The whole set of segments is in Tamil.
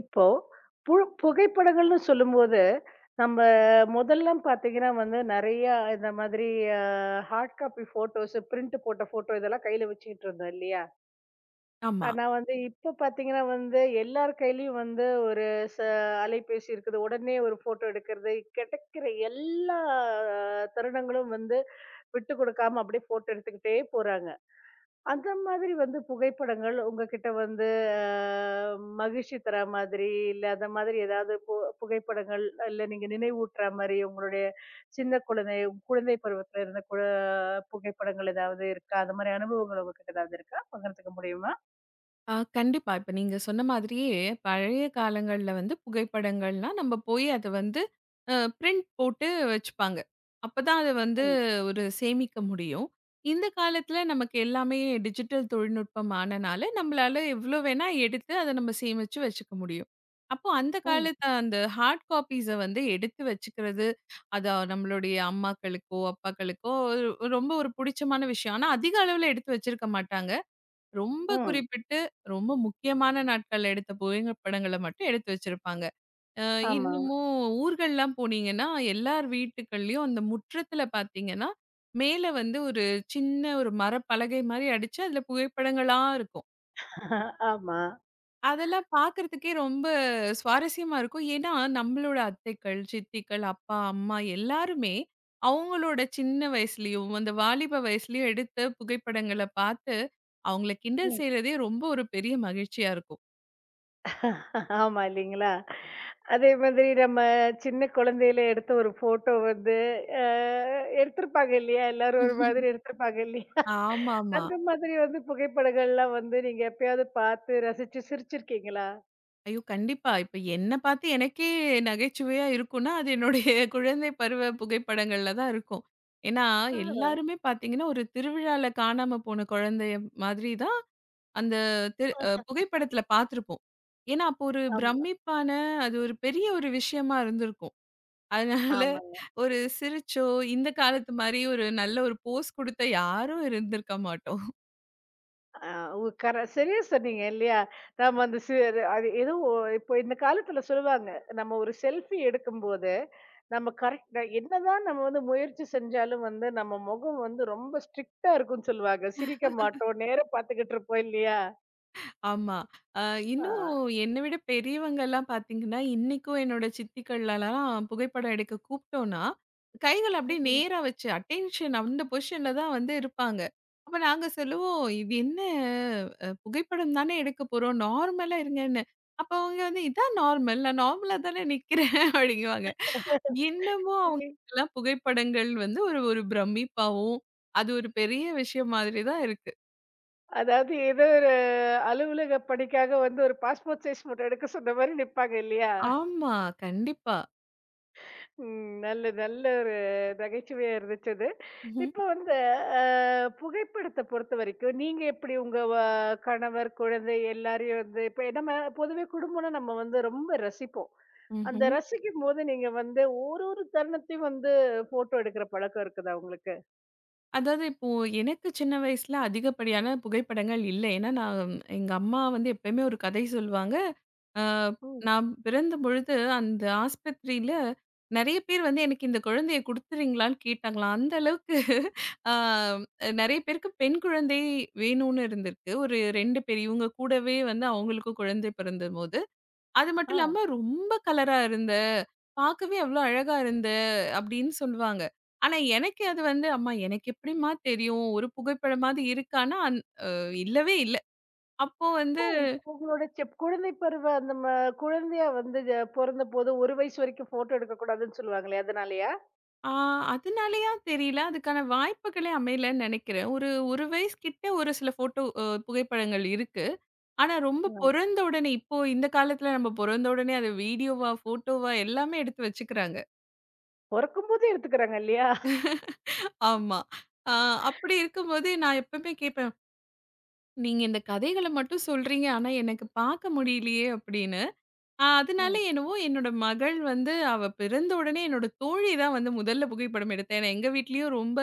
இப்போ பு புகைப்படங்கள்னு சொல்லும்போது, நம்ம முதல்லாம் பார்த்தீங்கன்னா வந்து நெறையா இந்த மாதிரி அ ஹார்ட் காப்பி ஃபோட்டோஸ், பிரிண்ட் போட்ட ஃபோட்டோ இதெல்லாம் கையில வச்சுக்கிட்டு இருந்தோம் இல்லையா? ஆமா. ஆனா வந்து இப்ப பார்த்தீங்கன்னா வந்து எல்லார் கையிலயும் வந்து ஒரு ச அலைபேசி இருக்குது. உடனே ஒரு ஃபோட்டோ எடுக்கிறது, கிடைக்கிற எல்லா தருணங்களும் வந்து விட்டு கொடுக்காம அப்படியே ஃபோட்டோ எடுத்துக்கிட்டே போறாங்க. அந்த மாதிரி வந்து புகைப்படங்கள் உங்ககிட்ட வந்து மகிழ்ச்சி தர மாதிரி இல்ல, அந்த மாதிரி ஏதாவது புகைப்படங்கள் இல்ல நீங்க நினைவூட்டுற மாதிரி உங்களுடைய சின்ன குழந்தை குழந்தை பருவத்துல இருந்த புகைப்படங்கள் ஏதாவது இருக்கா, அந்த மாதிரி அனுபவங்கள் உங்ககிட்ட ஏதாவது இருக்கா, பகிர்ந்துக்க முடியுமா? கண்டிப்பா. இப்ப நீங்க சொன்ன மாதிரியே, பழைய காலங்கள்ல வந்து புகைப்படங்கள்லாம் நம்ம போய் அத வந்து பிரிண்ட் போட்டு வச்சுப்பாங்க. அப்பதான் அது வந்து ம், ஒரு சேமிக்க முடியும். இந்த காலத்துல நமக்கு எல்லாமே டிஜிட்டல் தொழில்நுட்பம் ஆனனால, நம்மளால எவ்ளோ வேணா எடுத்து அத நம்ம சேமிச்சு வச்சுக்க முடியும். அப்போ அந்த ம், காலத்து அந்த ஹார்ட் காப்பீஸ வந்து எடுத்து வச்சுக்கிறது, அது நம்மளுடைய அம்மாக்களுக்கோ, அப்பாக்களுக்கோ ஒரு ரொம்ப ஒரு புடிச்சமான விஷயம். ஆனா அதிக அளவுல எடுத்து வச்சிருக்க மாட்டாங்க. ரொம்ப ம். குறிப்பிட்டு, ரொம்ப முக்கியமான நாட்கள்ல எடுத்த புகைப்படங்கள மட்டும் எடுத்து வச்சிருப்பாங்க. அ ஆமா, இன்னமும் ஊர்கள்லாம் போனீங்கன்னா, எல்லார் வீட்டுக்கள்லயும் அந்த முற்றத்துல பார்த்தீங்கன்னா, மேல வந்து ஒரு சின்ன ஒரு மரப்பலகை மாரி அடிச்சு, அதுல புகைப்படங்களா இருக்கும். ஆமா, அதெல்லாம் பார்க்கறதுக்கே ரொம்ப சுவாரஸ்யமா இருக்கும். ஏன்னா, நம்மளோட அத்தைகள், சித்திகள், அப்பா, அம்மா எல்லாருமே அவங்களோட சின்ன வயசுலயும், அந்த வாலிப வயசுலயும் எடுத்த புகைப்படங்கள பார்த்து, அவங்கள கிண்டல் செய்றதே ரொம்ப ஒரு பெரிய மகிழ்ச்சியா இருக்கும். ஆமா, இல்லைங்களா? அதே மாதிரி நம்ம சின்ன குழந்தையில எடுத்த ஒரு போட்டோ வந்து எடுத்திருப்பாங்க இல்லையா, எல்லாரும் ஒரு மாதிரி எடுத்திருப்பாங்க இல்லையா, ஆமாமா. அந்த மாதிரி வந்து புகைப்படங்கள்லாம் வந்து நீங்க எப்பயாவது பார்த்து ரசிச்சு சிரிச்சிருக்கீங்களா? ஐயோ! கண்டிப்பா. இப்ப என்ன பார்த்து எனக்கே நகைச்சுவையா இருக்குன்னா, அது என்னுடைய குழந்தை பருவ புகைப்படங்கள்ல தான் இருக்கும். ஏன்னா, ஆ. எல்லாருமே பார்த்தீங்கன்னா, ஒரு திருவிழால காணாம போன குழந்தைய மாதிரி தான் அந்த திரு அ புகைப்படத்துல பார்த்துருப்போம். ஏன்னா, அப்போ ஒரு ஆமா. பிரமிப்பான அது ஒரு பெரிய ஒரு விஷயமா இருந்திருக்கும். அதனால ஆமாங்க. ஒரு சிரிச்சோ, இந்த காலத்து மாரி ஒரு நல்ல ஒரு போஸ் குடுத்த யாரும் இருந்திருக்க மாட்டோம். ஆ உ கர சரியா சொன்னீங்க இல்லையா? நம்ம அந்த சி அது அது ஏதோ ஒ- இப்போ இந்த காலத்துல சொல்லுவாங்க. நம்ம ஒரு செல்ஃபி எடுக்கும்போது, நம்ம கரெக்ட்டா என்னதான் நம்ம வந்து முயற்சி செஞ்சாலும் வந்து நம்ம முகம் வந்து ரொம்ப ஸ்ட்ரிக்ட்டா இருக்கும்ன்னு சொல்லுவாங்க. சிரிக்க மாட்டோம். நேரா பார்த்துக்கிட்டு இருப்போம் இல்லையா? ஆமா. அ ஆ. இன்னும் என்ன விட பெரியவங்கலாம் பார்த்தீங்கன்னா, இன்னைக்கும் என்னோட சித்திகள்லலாம் புகைப்படம் எடுக்க கூப்பிட்டோம்னா, கைகள அப்படியே நேரா வச்சு அட்டென்ஷன் அந்த பொசிஷன்ல தான் வந்து இருப்பாங்க. அப்ப நாங்க சொல்லுவோம், "இது என்ன புகைப்படம் தானே எடுக்க போறோம். நார்மலா இருங்கன்னு." அப்ப அவங்க வந்து, "இதான் நார்மல். நான் நார்மலா தானே நிக்கிறேன்." அப்படிங்குவாங்க. இன்னமும் ம். அவங்களுக்கெல்லாம் புகைப்படங்கள் வந்து ஒரு ஒரு பிரமிப்பாவும், அது ஒரு பெரிய விஷயம் மாதிரி தான் இருக்கு. அதாவது ஏதோ ஒரு அலுவலக பணிக்காக வந்து ஒரு பாஸ்போர்ட் சைஸ் ஃபோட்டோ எடுக்க சொன்ன மாரி நிப்பாங்க இல்லையா? ஆமா. கண்டிப்பா. ம். நல்ல நல்ல ஒரு நகைச்சுவையா இருந்துச்சு அது. ம்ஹ்ம். இப்ப வந்து அ புகைப்படத்த பொறுத்தவரைக்கும் நீங்க எப்படி உங்க கணவர், குழந்தை எல்லாரையும் வந்து இப்ப நம்ம பொதுவே குடும்பம்னா நம்ம வந்து ரொம்ப ரசிப்போம். அந்த ம்ஹ்ம். ரசிக்கும்போது நீங்க வந்து ஒரு ஒரு தருணத்தையும் வந்து ஃபோட்டோ எடுக்கிற பழக்கம் இருக்குதா உங்களுக்கு? அதாவது இப்போ எனக்கு சின்ன வயசுல அதிகப்படியான புகைப்படங்கள் இல்ல. ஏன்னா, நான் எங்க அம்மா வந்து எப்பயுமே ஒரு கதை சொல்லுவாங்க. அ ம். நான் பிறந்த பொழுது அந்த ஆஸ்பத்திரியில நெறைய பேர் வந்து எனக்கு இந்த குழந்தைய குடுத்துறீங்களான்னு கேட்டாங்களாம். அந்த அளவுக்கு அ நெறைய பேருக்கு பெண் குழந்தை வேணும்னு இருந்திருக்கு. ஒரு 2 பேர் இவங்க கூடவே வந்து அவங்களுக்கும் குழந்தை பிறந்தபோது. அது ஆ. மட்டும் இல்லாம ரொம்ப கலரா இருந்த, பார்க்கவே அவ்ளோ அழகா இருந்த அப்படின்னு சொல்லுவாங்க. ஆனா எனக்கு அது வந்து, "அம்மா எனக்கு எப்படிம்மா தெரியும்? ஒரு புகைப்படமாவது இருக்கான்னா" இல்லவே இல்ல. அப்போ வந்து ஓ! இப்போ உங்களோட குழந்தை பருவ அந்த குழந்தையா வந்து பொறந்தபோது 1 வயசு வரைக்கும் ஃபோட்டோ எடுக்கக்கூடாதுன்னு சொல்லுவாங்களே, அதனாலயா? ஆ அதனாலயா தெரியல. அதுக்கான வாய்ப்புகளே அமையலன்னு நெனைக்கிறேன். ஒரு 1 வயசு கிட்ட ஒரு சில ஃபோட்டோ புகைப்படங்கள் இருக்கு. ஆனா ஆ. ரொம்ப பொறந்த உடனே இப்போ இந்த காலத்துல நம்ம பொறந்த உடனே அத வீடியோவா, ஃபோட்டோவா எல்லாமே எடுத்து வச்சுக்கிறாங்க. பொறக்கும்போதே எடுத்துக்கிறாங்க இல்லையா? ஆமா. ஆ அப்படி இருக்கும்போது நான் எப்பவுமே கேட்பேன். நீங்க இந்த கதைகள மட்டும் சொல்றீங்க. ஆனா, எனக்கு பார்க்க முடியலையே அப்படின்னு. அதனால ம். என்னவோ என்னோட மகள் வந்து அவ பிறந்த உடனே என்னோட தோழி தான் வந்து முதல்ல புகைப்படம் எடுத்தா. ஏன்னா, எங்க வீட்லயும் ரொம்ப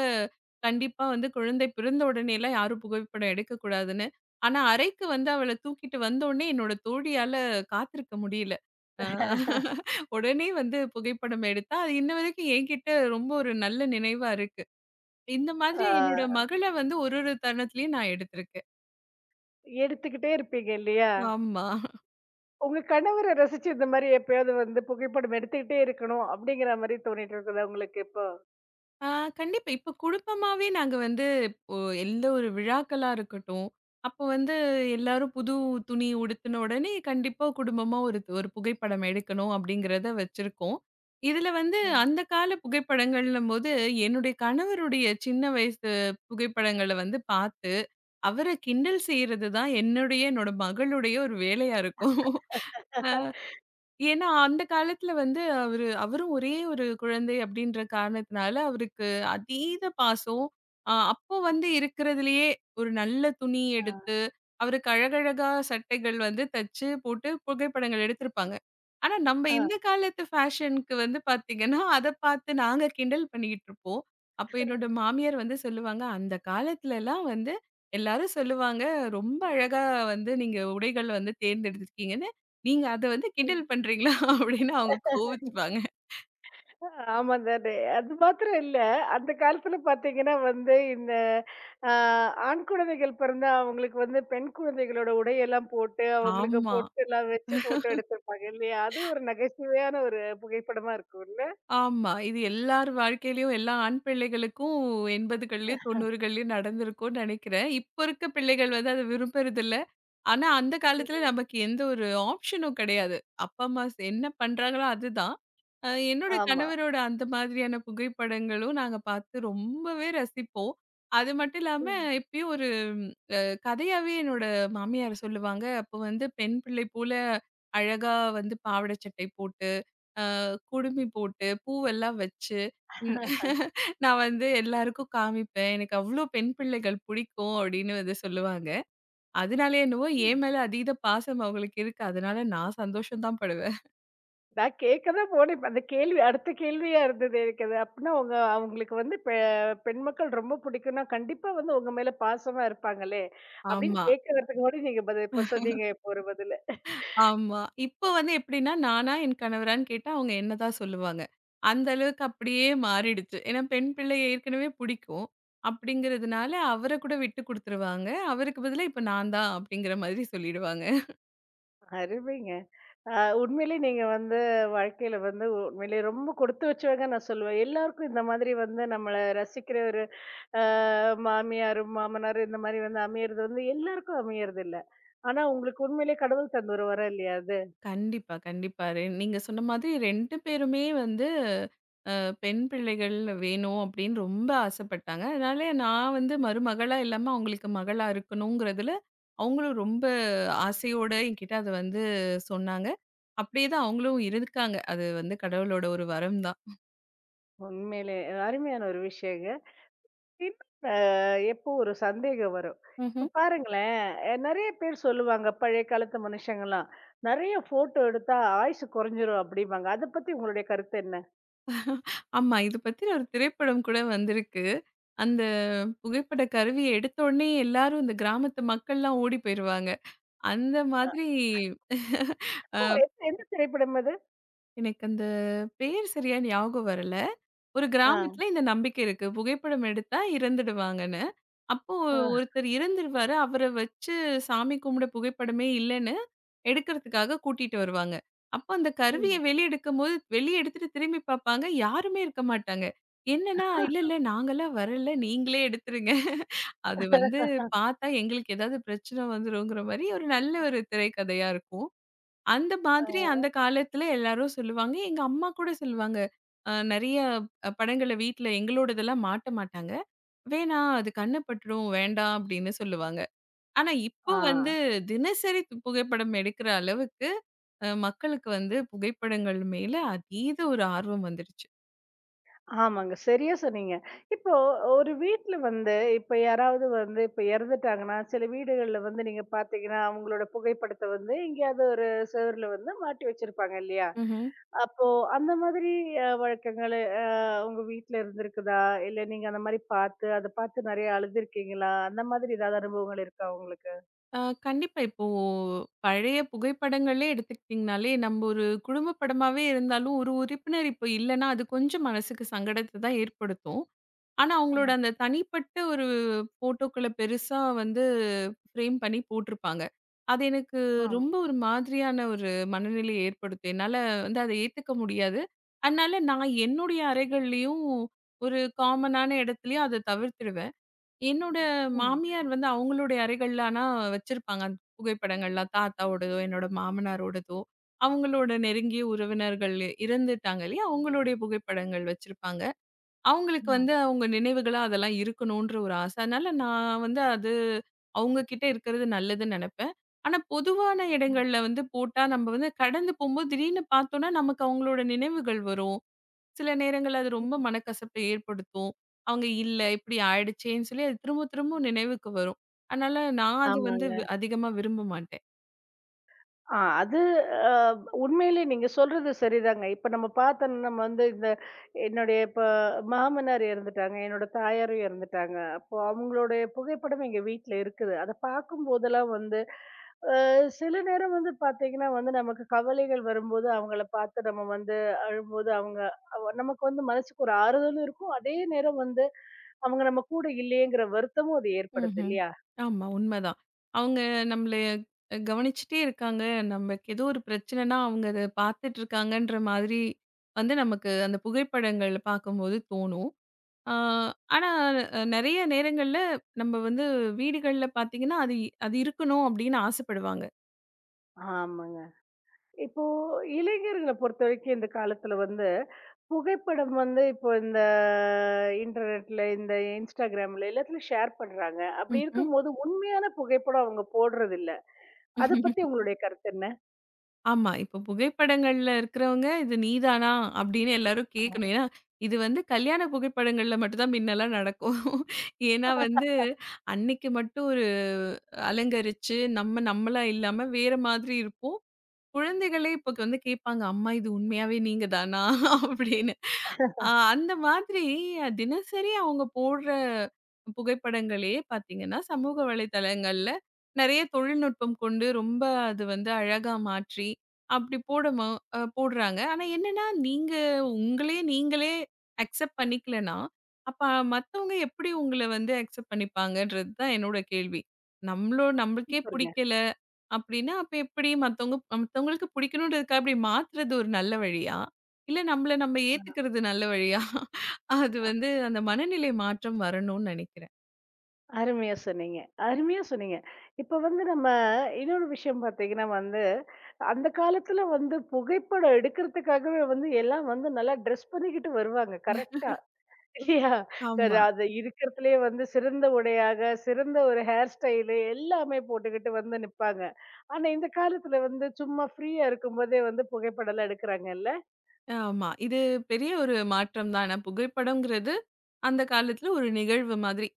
கண்டிப்பா வந்து குழந்தை பிறந்த உடனேலாம் யாரும் புகைப்படம் எடுக்கக்கூடாதுன்னு. ஆனா, அறைக்கு வந்து அவள தூக்கிட்டு வந்தோனே என்னோட தோழியால காத்திருக்க முடியல. அ உடனே வந்து புகைப்படம் எடுத்தா. அது இன்ன வரைக்கும் என்கிட்ட ரொம்ப ஒரு நல்ல நினைவா இருக்கு. இந்த மாதிரி என்னோட ஆ, மகள வந்து ஒரு ஒரு தருணத்திலயும் நான் எடுத்திருக்கேன். எடுத்துக்கிட்டே இருப்பீங்க இல்லையா? ஆமா. உங்க கணவர ரசிச்சு இந்த மாரி எப்பயாவது வந்து புகைப்படம் எடுத்துக்கிட்டே இருக்கணும், அப்படிங்கிற மாரி தோணிட்டு இருக்குதா உங்களுக்கு இப்போ? ஆ கண்டிப்பா. இப்ப குடும்பமாவே நாங்க வந்து இப்போ எந்த ஒரு விழாக்களா இருக்கட்டும், அப்போ வந்து எல்லாரும் புது துணி உடுத்தின உடனே கண்டிப்பா குடும்பமா ஒரு ஒரு புகைப்படம் எடுக்கணும் அப்படிங்கிறத வச்சிருக்கோம். இதுல வந்து ம். அந்த கால புகைப்படங்கள்னும்போது என்னுடைய கணவருடைய சின்ன வயசு புகைப்படங்கள வந்து பார்த்து, அவர கிண்டல் செய்றது தான் என்னுடைய, என்னோட மகளுடைய ஒரு வேலையா இருக்கும். ஏன்னா, அந்த காலத்துல வந்து அவரும் ஒரே ஒரு குழந்தை அப்படின்ற காரணத்தினால, அவருக்கு அதீத பாசம். அப்போ வந்து இருக்கிறதுலயே ஒரு நல்ல துணி ஆ, எடுத்து, அவருக்கு அழகழகா சட்டைகள் வந்து தச்சு போட்டு புகைப்படங்கள் எடுத்திருப்பாங்க. ஆனா, நம்ம ஆ. இந்த காலத்து ஃபேஷனுக்கு வந்து பாத்தீங்கன்னா, அத பாத்து நாங்க கிண்டல் பண்ணிக்கிட்டு இருப்போம். அப்ப என்னோட மாமியார் வந்து சொல்லுவாங்க, "அந்த காலத்துலலாம் வந்து எல்லாரும் சொல்லுவாங்க, ரொம்ப அழகா வந்து நீங்க உடைகள் வந்து தேர்ந்தெடுத்திருக்கீங்கன்னு." நீங்க அத வந்து கிண்டல் பண்றீங்களா? அப்படின்னு அவங்க கோவிச்சுப்பாங்க. ஆமா தானே. அது மாத்திரம் இல்ல. அந்த காலத்துல பார்த்தீங்கன்னா வந்து இந்த அ ஆண் குழந்தைகள் பிறந்தா அவங்களுக்கு வந்து பெண் குழந்தைகளோட உடையெல்லாம் போட்டு, அவங்களுக்கு ஆமா, பொட்டெல்லாம் வச்சு ஃபோட்டோ எடுத்திருப்பாங்க இல்லையா? அது ஒரு நகைச்சுவையான ஒரு புகைப்படமா இருக்கும்ல? ஆமா. இது எல்லார் வாழ்க்கையிலயும் எல்லா ஆண் பிள்ளைகளுக்கும் 80கள்லயும் 90கள்லயும் நடந்திருக்கும்னு நெனைக்கிறேன். இப்ப இருக்க பிள்ளைகள் வந்து அத விரும்புறதில்ல. ஆனா அந்த காலத்துல நமக்கு எந்த ஒரு ஆப்ஷனும் கெடையாது. அப்பா, அம்மா என்ன பண்றாங்களோ அதுதான். என்னோட ஆமா. கணவரோட அந்த மாதிரியான புகைப்படங்களும் நாங்க பார்த்து ரொம்பவே ரசிப்போம். அது மட்டும் இல்லாம ம். எப்பயும் ஒரு கதையாவே என்னோட மாமியார் சொல்லுவாங்க. அப்போ வந்து பெண் பிள்ளை போல அழகா வந்து பாவாடை சட்டை போட்டு, குடுமி போட்டு, பூவெல்லாம் வச்சு, ம் நான் வந்து எல்லாருக்கும் காமிப்பேன். எனக்கு அவ்ளோ பெண் பிள்ளைகள் பிடிக்கும் அப்படின்னு வந்து சொல்லுவாங்க. அதனாலயே என்னவோ ம். என் மேல அதீத பாசம் அவங்களுக்கு இருக்கு. அதனால நான் சந்தோஷம் தான் படுவேன். நான் கேட்க தான் போனேன். இப்ப அந்த கேள்வி அடுத்த கேள்வியா இருந்தது எனக்கு அது. அப்பன்னா உங்க அவங்களுக்கு வந்து பெண் மக்கள் ரொம்ப பிடிக்கும்னா, கண்டிப்பா வந்து உங்க மேல பாசமா இருப்பாங்களே! அப்படின்னு ஆமா. கேட்க வரதுக்கு முன்னாடி நீங்க பதில் இப்ப சொன்னீங்க, இப்ப ஒரு பதிலு. ஆமா. இப்ப வந்து எப்படின்னா, நானா? என் கணவரான்னு கேட்டா, அவங்க என்ன தான் சொல்லுவாங்க. அந்த அளவுக்கு அப்படியே மாறிடுச்சு. ஏன்னா, பெண் பிள்ளை ஏற்கனவே புடிக்கும். அப்படிங்கிறதுனால அவர கூட விட்டு குடுத்துருவாங்க. அவருக்கு பதிலா இப்ப நான் தான் அப்படிங்கிற மாதிரி சொல்லிடுவாங்க. அருமைங்க. ஆ, உண்மையிலேயே நீங்க வந்து வாழ்க்கையில வந்து உண்மையிலேயே ரொம்ப கொடுத்து வச்சவங்க நான் சொல்லுவேன். எல்லாருக்கும் இந்த மாதிரி வந்து நம்மள ரசிக்கிற ஒரு அ மாமியார், மாமனார் இந்த மாதிரி வந்து அமையறது வந்து எல்லாருக்கும் அமையறதில்ல. ஆனா உங்களுக்கு உண்மையிலேயே கடவுள் தந்த ஒரு வரம் இல்லையா அது? கண்டிப்பா, கண்டிப்பா. நீங்க சொன்ன மாதிரி 2 பேருமே வந்து அ பெண் பிள்ளைகள் வேணும் அப்படின்னு ரொம்ப ஆசைப்பட்டாங்க. அதனால நான் வந்து மருமகளா இல்லாம அவங்களுக்கு மகளா இருக்கணுங்கிறதுல, அவங்களும் ரொம்ப ஆசையோட என்கிட்ட அத வந்து சொன்னாங்க. அப்படியே தான் அவங்களும் இருக்காங்க. அது வந்து கடவுளோட ஒரு வரம் தான். உண்மையிலேயே அருமையான ஒரு விஷயங்க. இன்னும் அ எப்போ ஒரு சந்தேகம் வரும். இப்ப ம்ஹ்ம். பாருங்களேன், நெறைய பேர் சொல்லுவாங்க பழைய காலத்து மனுஷங்கலாம், "நெறைய ஃபோட்டோ எடுத்தா ஆயுசு குறைஞ்சிரும்" அப்படிம்பாங்க. அத பத்தி உங்களுடைய கருத்து என்ன? ஆமா. இது பத்தின ஒரு திரைப்படம் கூட வந்திருக்கு. அந்த புகைப்பட கருவிய எடுத்த உடனே எல்லாரும் இந்த கிராமத்து மக்கள்லாம் ஓடி போயிருவாங்க. அந்த அ மாதிரி ஓ! எந்த எந்த திரைப்படம் அது? எனக்கு அந்த பேர் சரியா ஞாபகம் வரல. ஒரு ஆ. கிராமத்துல இந்த நம்பிக்கை இருக்கு. புகைப்படம் எடுத்தா இறந்துடுவாங்கன்னு. அப்போ ஆ. ஒருத்தர் இறந்துருவாரு. அவர வச்சு சாமி கும்பிட புகைப்படமே இல்லன்னு எடுக்கிறதுக்காக கூட்டிட்டு வருவாங்க. அப்போ அந்த கருவிய ம். வெளிய எடுக்கும்போது, வெளிய எடுத்துட்டு திரும்பி பார்ப்பாங்க. யாருமே இருக்க மாட்டாங்க. என்னன்னா, "இல்ல, இல்ல நாங்கலாம் வரல. நீங்களே எடுத்துருங்க. அது வந்து பார்த்தா எங்களுக்கு ஏதாவது பிரச்சனை வந்துருங்கிற" மாரி ஒரு நல்ல ஒரு திரைக்கதையா இருக்கும். அந்த மாதிரி அந்த காலத்துல எல்லாரும் சொல்லுவாங்க. எங்க அம்மா கூட சொல்லுவாங்க. நெறைய படங்கள வீட்ல எங்களோடதெல்லாம் மாட்ட மாட்டாங்க. "வேணாம் அது கண்ணு பட்டுரும். வேண்டாம்" அப்படின்னு சொல்லுவாங்க. ஆனா இப்போ ஆ. வந்து தினசரி புகைப்படம் எடுக்கிற அளவுக்கு மக்களுக்கு வந்து புகைப்படங்கள் மேல அதீத ஒரு ஆர்வம் வந்துருச்சு. ஆமாங்க. சரியா சொன்னீங்க. இப்போ ஒரு வீட்ல வந்து இப்ப யாராவது வந்து இப்ப இறந்துட்டாங்கன்னா, சில வீடுகள்ல வந்து நீங்க பார்த்தீங்கன்னா, அவங்களோட புகைப்படத்த வந்து எங்கேயாவது ஒரு செவுருல வந்து மாட்டி வச்சிருப்பாங்க இல்லையா? ம்ஹ்ம். அப்போ அந்த மாதிரி வழக்கங்கள் அ உங்க வீட்ல இருந்திருக்குதா? இல்ல நீங்க அந்த மாரி பார்த்து, அத பார்த்து நெறைய அழுதுருக்கீங்களா? அந்த மாதிரி ஏதாவது அனுபவங்கள் இருக்கா உங்களுக்கு? அ கண்டிப்பா. இப்போ பழைய புகைப்படங்களே எடுத்துக்கிட்டிங்கனாலே, நம்ம ஒரு குடும்ப படமாவே இருந்தாலும், ஒரு உறுப்பினர் இப்போ இல்லன்னா, அது கொஞ்சம் மனசுக்கு சங்கடத்த தான் ஏற்படுத்தும். ஆனா, ஆ. அவங்களோட அந்த தனிப்பட்ட ஒரு ஃபோட்டோக்கள பெருசா வந்து ஃப்ரேம் பண்ணி போட்டிருப்பாங்க. அது எனக்கு ஆ. ரொம்ப ஒரு மாதிரியான ஒரு மனநிலைய ஏற்படுத்தும். என்னால வந்து அத ஏத்துக்க முடியாது. அதனால நான் என்னுடைய அறைகள்லயும் ஒரு காமனான இடத்துலயும் அத தவிர்த்துடுவேன். என்னோட ம். மாமியார் வந்து அவங்களுடைய அறைகள்ல ஆனா வச்சிருப்பாங்க. அந்த புகைப்படங்கள்லாம் தாத்தாவோடதோ, என்னோட மாமனாரோடதோ, அவங்களோட நெருங்கிய உறவினர்கள் இறந்துட்டாங்க இல்லையா? அவங்களுடைய புகைப்படங்கள் வச்சிருப்பாங்க. அவங்களுக்கு ம். வந்து அவங்க நினைவுகளா அதெல்லாம் இருக்கணுன்ற ஒரு ஆசை. அதனால நான் வந்து அது அவங்க கிட்ட இருக்கிறது நல்லதுன்னு நெனப்பேன். ஆனா பொதுவான ம். இடங்கள்ல வந்து போட்டா நம்ம வந்து கடந்து போம்போது திடீர்னு பார்த்தோம்னா, நமக்கு அவங்களோட நினைவுகள் வரும். சில நேரங்கள்ல அது ரொம்ப மனக்கசப்பை ஏற்படுத்தும். அவங்க இல்ல இப்படி ஆயிடுச்சேன்னு சொல்லி அது திரும்ப திரும்ப நினைவுக்கு வரும். அதனால நான் அது வந்து ஆமாங்க. அதிகமா விரும்ப மாட்டேன். ஆ அது அ உண்மையிலே நீங்க சொல்றது சரிதாங்க. இப்ப நம்ம பார்த்தோம்னா நம்ம வந்து இந்த என்னுடைய இப்ப மாமனார் இறந்துட்டாங்க. என்னோட தாயாரும் இறந்துட்டாங்க. அப்போ அவங்களுடைய புகைப்படம் எங்க வீட்ல இருக்குது. அத பார்க்கும்போதெல்லாம் வந்து அ சில நேரம் வந்து பார்த்தீங்கன்னா வந்து நமக்கு கவலைகள் வரும்போது அவங்கள பார்த்து நம்ம வந்து அழும்போது அவங்க அவ நமக்கு வந்து மனசுக்கு ஒரு ஆறுதலும் இருக்கும். அதே நேரம் வந்து அவங்க நம்ம கூட இல்லையேங்கிற வருத்தமும் அது ஏற்படுது ம்ஹ்ம். இல்லையா? ஆமா உண்மதான். அவங்க நம்மள கவனிச்சுட்டே இருக்காங்க. நமக்கு ஏதோ ஒரு பிரச்சனைன்னா, அவங்க அத பார்த்துட்டு இருக்காங்கன்ற மாதிரி வந்து நமக்கு அந்த புகைப்படங்கள் பார்க்கும்போது தோணும். ஆ ஆனா நெறைய நேரங்கள்ல நம்ம வந்து வீடுகள்ல பார்த்தீங்கன்னா, அது அது இருக்கணும் அப்படின்னு ஆசைப்படுவாங்க. ஆமாங்க. இப்போ இளைஞர்கள பொறுத்தவரைக்கும் இந்த காலத்துல வந்து, புகைப்படம் வந்து இப்போ இந்த இன்டர்நெட்ல, இந்த Instagramல எல்லாத்துலயும் ஷேர் பண்றாங்க. அப்படி ம்ஹ்ம். இருக்கும்போது உண்மையான புகைப்படம் அவங்க போடுறதில்ல. அத பத்தி உங்களுடைய கருத்து என்ன? ஆமா. இப்போ புகைப்படங்கள்ல இருக்கிறவங்க, "இது நீதானா?" அப்படின்னு எல்லாரும் கேட்கணும். ஏன்னா, இது வந்து கல்யாண புகைப்படங்கள்ல மட்டும் தான் முன்னலாம் நடக்கும். ஏன்னா வந்து, அன்னைக்கு மட்டும் ஒரு அலங்கரிச்சு, நம்ம நம்மளா இல்லாம வேற மாதிரி இருப்போம். குழந்தைகளே இப்போ வந்து கேட்பாங்க, "அம்மா இது உண்மையாவே நீங்க தானா?" அப்படின்னு. அந்த மாதிரி தினசரி அவங்க போடுற புகைப்படங்களே பார்த்தீங்கன்னா, சமூக வலைதளங்கள்ல நெறைய தொழில்நுட்பம் கொண்டு ரொம்ப அது வந்து அழகா மாற்றி, அப்படி போடமோ போடுறாங்க. ஆனா என்னன்னா, நீங்க உங்களையே நீங்களே அக்செப்ட் பண்ணிக்கலன்னா, அப்ப மத்தவங்க எப்படி உங்கள வந்து அக்செப்ட் பண்ணிப்பாங்கன்றது தான் என்னோட கேள்வி. நம்மளோ நம்மளுக்கே சூப்பருங்க. புடிக்கல அப்படின்னா, அப்ப எப்படி மத்தவங்க மத்தவங்களுக்கு பிடிக்கணுன்றதுக்காக இப்படி மாத்துறது ஒரு நல்ல வழியா? இல்ல நம்மள நம்ம ஏத்துக்கிறது நல்ல வழியா? அது வந்து அந்த மனநிலை மாற்றம் வரணும்னு நெனைக்கிறேன். அருமையா சொன்னீங்க. அருமையா சொன்னீங்க. இப்ப வந்து நம்ம இன்னொரு விஷயம் பார்த்தீங்கன்னா வந்து, அந்த காலத்துல வந்து புகைப்படம் எடுக்கிறதுக்காகவே வந்து எல்லாம் வந்து நல்லா ட்ரெஸ் பண்ணிக்கிட்டு வருவாங்க. கரெக்ட்டா. இல்லையா? ஆமா, அது இருக்கிறதுலயே வந்து சிறந்த உடையாக, சிறந்த ஒரு ஹேர் ஸ்டைலு எல்லாமே போட்டுக்கிட்டு வந்து நிப்பாங்க. ஆனா, இந்த காலத்துல வந்து சும்மா ஃப்ரீயா இருக்கும்போதே வந்து புகைப்படம்லாம் எடுக்குறாங்கல்ல? ஆமா. இது பெரிய ஒரு மாற்றம் தான். ஏன்னா புகைப்படம்ங்கிறது அந்த காலத்துல ஒரு நிகழ்வு மாதிரி.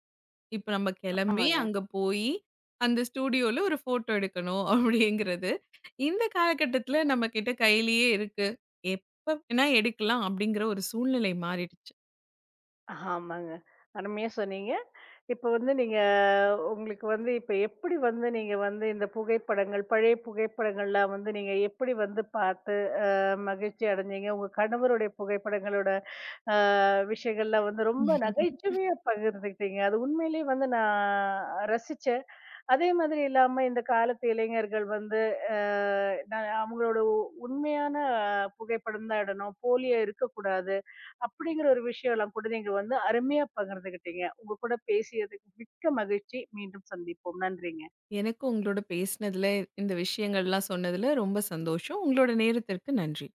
இப்ப நம்ம கெளம்பி ஆமாங்க. அங்க போயி, அந்த ஸ்டூடியோல ஒரு ஃபோட்டோ எடுக்கணும் அப்படிங்கிறது. இந்த காலகட்டத்துல நம்ம கிட்ட கையிலேயே இருக்கு. எப்ப வேணா எடுக்கலாம் அப்படிங்கிற ஒரு சூழ்நிலை மாறிடுச்சு. ஆமாங்க. அருமையா சொன்னீங்க. இப்ப வந்து நீங்க உங்களுக்கு வந்து இப்ப எப்படி வந்து நீங்க வந்து இந்த புகைப்படங்கள், பழைய புகைப்படங்கள்லாம் வந்து நீங்க எப்படி வந்து பார்த்து மகிழ்ச்சி அடைஞ்சீங்க. உங்க கணவருடைய புகைப்படங்களோட அ விஷயங்கள்லாம் வந்து ரொம்ப நகைச்சுவையா பகிர்ந்துக்கிட்டீங்க. அது உண்மையிலேயே வந்து நான் ரசிச்சேன். அதே மாதிரி இல்லாம இந்த காலத்து இளைஞர்கள் வந்து அ நான் அவங்களோட உண்மையான புகைப்படம் தான் இடணும். போலியா இருக்கக்கூடாது. அப்படிங்கிற ஒரு விஷயம்லாம் கூட நீங்க வந்து அருமையா பகிர்ந்துக்கிட்டீங்க. உங்க கூட பேசியதுக்கு மிக்க மகிழ்ச்சி. மீண்டும் சந்திப்போம். நன்றிங்க. எனக்கும் உங்களோட பேசினதுல, இந்த விஷயங்கள்லாம் சொன்னதுல ரொம்ப சந்தோஷம். உங்களோட நேரத்திற்கு நன்றி.